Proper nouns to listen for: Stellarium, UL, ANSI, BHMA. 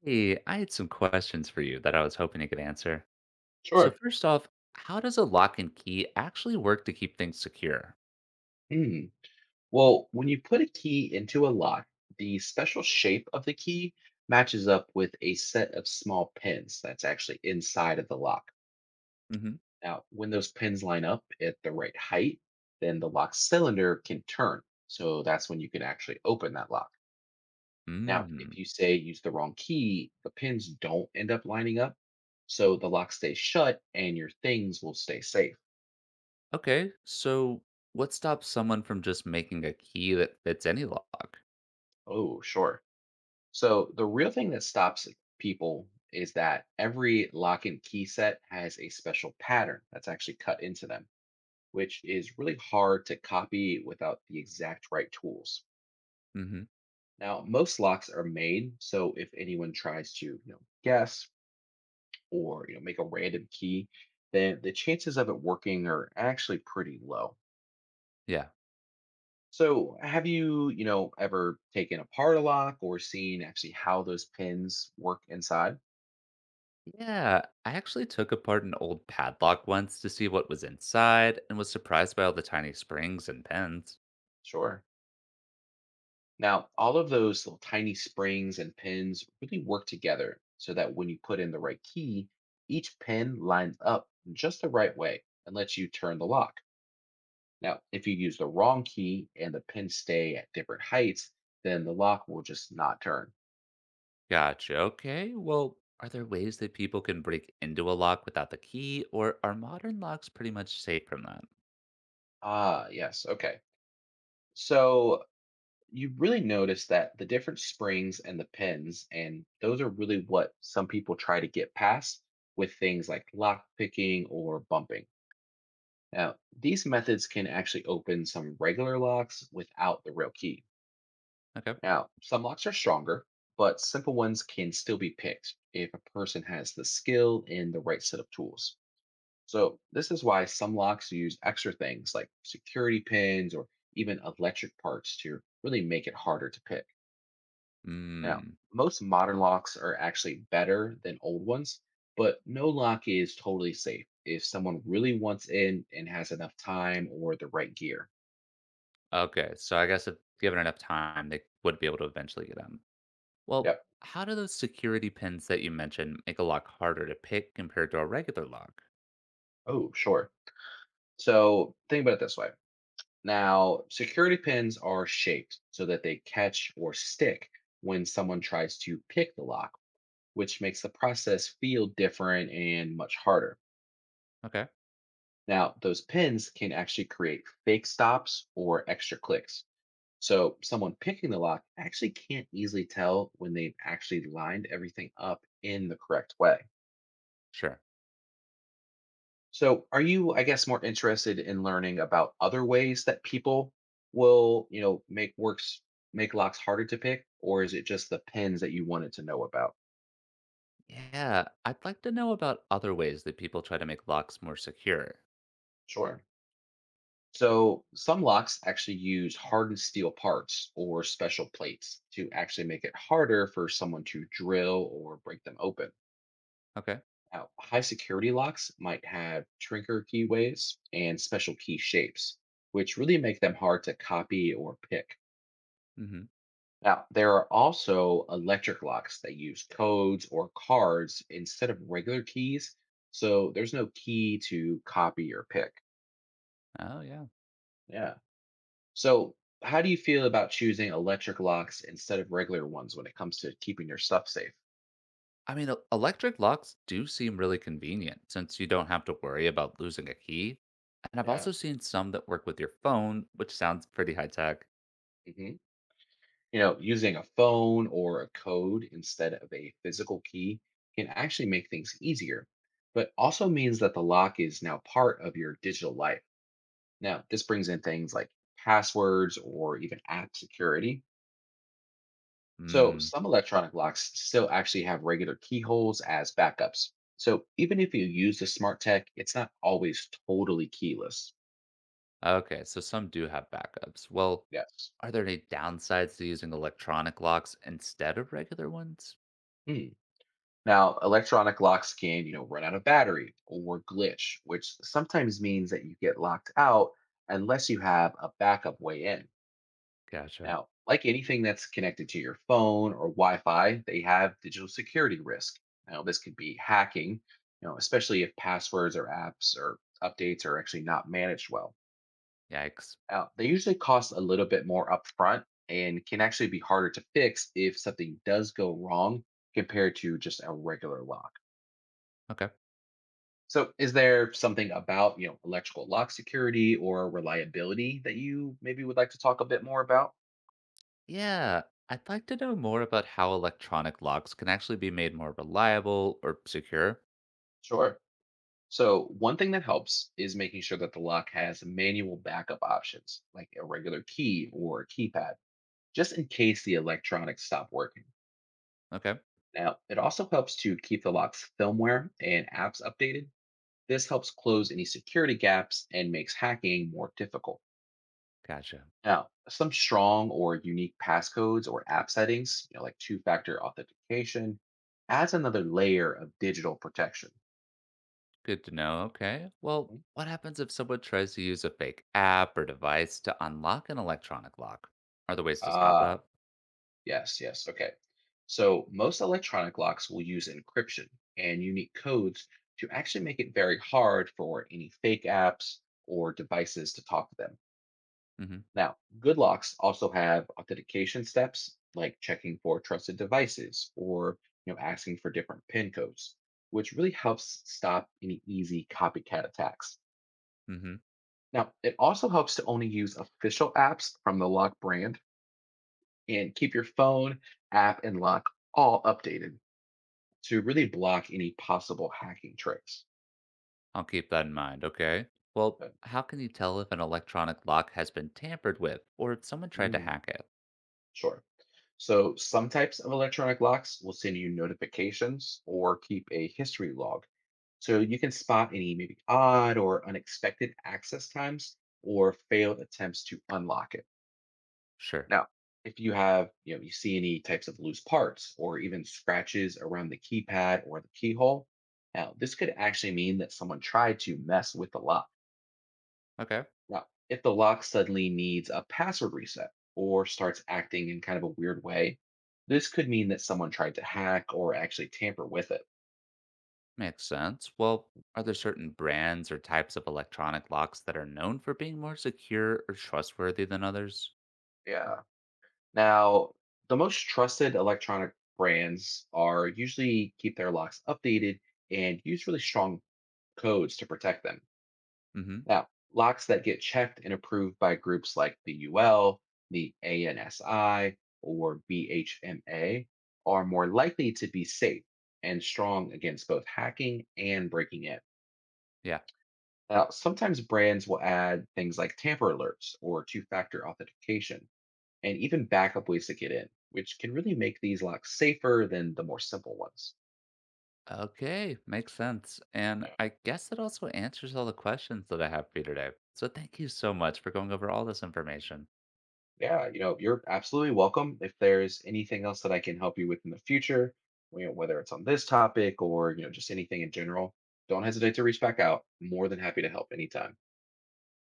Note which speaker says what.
Speaker 1: Hey, I had some questions for you that I was hoping you could answer. So
Speaker 2: Sure.
Speaker 1: first off, how does a lock and key actually work to keep things secure?
Speaker 2: Hmm. Well, when you put a key into a lock, the special shape of the key matches up with a set of small pins that's actually inside of the lock.
Speaker 1: Mm-hmm.
Speaker 2: Now, when those pins line up at the right height, then the lock cylinder can turn. So that's when you can actually open that lock. Now, if
Speaker 1: Mm.
Speaker 2: you say use the wrong key, the pins don't end up lining up. So the lock stays shut and your things will stay safe.
Speaker 1: Okay. So what stops someone from just making a key that fits any lock?
Speaker 2: Oh, sure. So the real thing that stops people is that every lock and key set has a special pattern that's actually cut into them, which is really hard to copy without the exact right tools.
Speaker 1: Mm-hmm.
Speaker 2: Now, most locks are made so if anyone tries to, guess or make a random key, then the chances of it working are actually pretty low.
Speaker 1: Yeah.
Speaker 2: So, have you, ever taken apart a lock or seen actually how those pins work inside?
Speaker 1: Yeah. I actually took apart an old padlock once to see what was inside and was surprised by all the tiny springs and pins.
Speaker 2: Sure. Now, all of those little tiny springs and pins really work together so that when you put in the right key, each pin lines up just the right way and lets you turn the lock. Now, if you use the wrong key and the pins stay at different heights, then the lock will just not turn.
Speaker 1: Gotcha. Okay. Well, are there ways that people can break into a lock without the key, or are modern locks pretty much safe from that?
Speaker 2: Ah, yes. Okay. So you really notice that the different springs and the pins, and those are really what some people try to get past with things like lock picking or bumping. Now, these methods can actually open some regular locks without the real key.
Speaker 1: Okay.
Speaker 2: Now, some locks are stronger, but simple ones can still be picked if a person has the skill and the right set of tools. So, this is why some locks use extra things like security pins or even electric parts to really make it harder to pick. Now,
Speaker 1: Hmm.
Speaker 2: most modern locks are actually better than old ones, but no lock is totally safe if someone really wants in and has enough time or the right gear.
Speaker 1: Okay. So I guess if given enough time, they would be able to eventually get in. Well,
Speaker 2: Yep.
Speaker 1: how do those security pins that you mentioned make a lock harder to pick compared to a regular lock?
Speaker 2: Oh, sure. So think about it this way. Now, security pins are shaped so that they catch or stick when someone tries to pick the lock, which makes the process feel different and much harder.
Speaker 1: Okay.
Speaker 2: Now, those pins can actually create fake stops or extra clicks. So someone picking the lock actually can't easily tell when they've actually lined everything up in the correct way.
Speaker 1: Sure.
Speaker 2: So, are you, I guess, more interested in learning about other ways that people will, make locks harder to pick, or is it just the pins that you wanted to know about?
Speaker 1: Yeah. I'd like to know about other ways that people try to make locks more secure.
Speaker 2: Sure. So, some locks actually use hardened steel parts or special plates to actually make it harder for someone to drill or break them open.
Speaker 1: Okay.
Speaker 2: Now, high security locks might have trinker keyways and special key shapes, which really make them hard to copy or pick.
Speaker 1: Mm-hmm.
Speaker 2: Now, there are also electric locks that use codes or cards instead of regular keys, so there's no key to copy or pick.
Speaker 1: Oh, yeah.
Speaker 2: Yeah. So, how do you feel about choosing electric locks instead of regular ones when it comes to keeping your stuff safe?
Speaker 1: I mean, electric locks do seem really convenient since you don't have to worry about losing a key. And I've
Speaker 2: Yeah.
Speaker 1: also seen some that work with your phone, which sounds pretty high tech.
Speaker 2: hmm You know, using a phone or a code instead of a physical key can actually make things easier, but also means that the lock is now part of your digital life. Now, this brings in things like passwords or even app security. So,
Speaker 1: Hmm.
Speaker 2: some electronic locks still actually have regular keyholes as backups. So, even if you use the smart tech, it's not always totally keyless.
Speaker 1: Okay, so some do have backups. Well,
Speaker 2: Yes.
Speaker 1: are there any downsides to using electronic locks instead of regular ones?
Speaker 2: Hmm. Now, electronic locks can, run out of battery or glitch, which sometimes means that you get locked out unless you have a backup way in.
Speaker 1: Gotcha.
Speaker 2: Now, like anything that's connected to your phone or Wi-Fi, they have digital security risk. Now, this could be hacking, especially if passwords or apps or updates are actually not managed well.
Speaker 1: Yikes.
Speaker 2: Now, they usually cost a little bit more upfront and can actually be harder to fix if something does go wrong compared to just a regular lock.
Speaker 1: Okay.
Speaker 2: So, is there something about, electrical lock security or reliability that you maybe would like to talk a bit more about?
Speaker 1: Yeah, I'd like to know more about how electronic locks can actually be made more reliable or secure.
Speaker 2: Sure. So one thing that helps is making sure that the lock has manual backup options, like a regular key or a keypad, just in case the electronics stop working.
Speaker 1: Okay.
Speaker 2: Now, it also helps to keep the lock's firmware and apps updated. This helps close any security gaps and makes hacking more difficult.
Speaker 1: Gotcha.
Speaker 2: Now, some strong or unique passcodes or app settings, like two-factor authentication, adds another layer of digital protection.
Speaker 1: Good to know. Okay. Well,
Speaker 2: Mhm.
Speaker 1: what happens if someone tries to use a fake app or device to unlock an electronic lock? Are there ways to stop
Speaker 2: Uh,
Speaker 1: that?
Speaker 2: Yes. Okay. So most electronic locks will use encryption and unique codes to actually make it very hard for any fake apps or devices to talk to them.
Speaker 1: Mm-hmm.
Speaker 2: Now, good locks also have authentication steps like checking for trusted devices or asking for different pin codes, which really helps stop any easy copycat attacks.
Speaker 1: Mm-hmm.
Speaker 2: Now, it also helps to only use official apps from the lock brand and keep your phone, app, and lock all updated to really block any possible hacking tricks.
Speaker 1: I'll keep that in mind. Okay. Well,
Speaker 2: Uh,
Speaker 1: how can you tell if an electronic lock has been tampered with or if someone tried to
Speaker 2: mm,
Speaker 1: hack it?
Speaker 2: sure. So, some types of electronic locks will send you notifications or keep a history log. So, you can spot any maybe odd or unexpected access times or failed attempts to unlock it.
Speaker 1: Sure.
Speaker 2: Now, if you have, you see any types of loose parts or even scratches around the keypad or the keyhole, now this could actually mean that someone tried to mess with the lock.
Speaker 1: Okay.
Speaker 2: Now, if the lock suddenly needs a password reset or starts acting in kind of a weird way, this could mean that someone tried to hack or actually tamper with it.
Speaker 1: Makes sense. Well, are there certain brands or types of electronic locks that are known for being more secure or trustworthy than others?
Speaker 2: Yeah. Now, the most trusted electronic brands are usually keep their locks updated and use really strong codes to protect them.
Speaker 1: Mm-hmm.
Speaker 2: Now, locks that get checked and approved by groups like the UL, the ANSI, or BHMA are more likely to be safe and strong against both hacking and breaking in.
Speaker 1: Yeah.
Speaker 2: Now, sometimes brands will add things like tamper alerts or two factor authentication and even backup ways to get in, which can really make these locks safer than the more simple ones.
Speaker 1: Okay, makes sense. And I guess it also answers all the questions that I have for you today. So thank you so much for going over all this information.
Speaker 2: Yeah, you're absolutely welcome. If there's anything else that I can help you with in the future, whether it's on this topic or, just anything in general, don't hesitate to reach back out. More than happy to help anytime.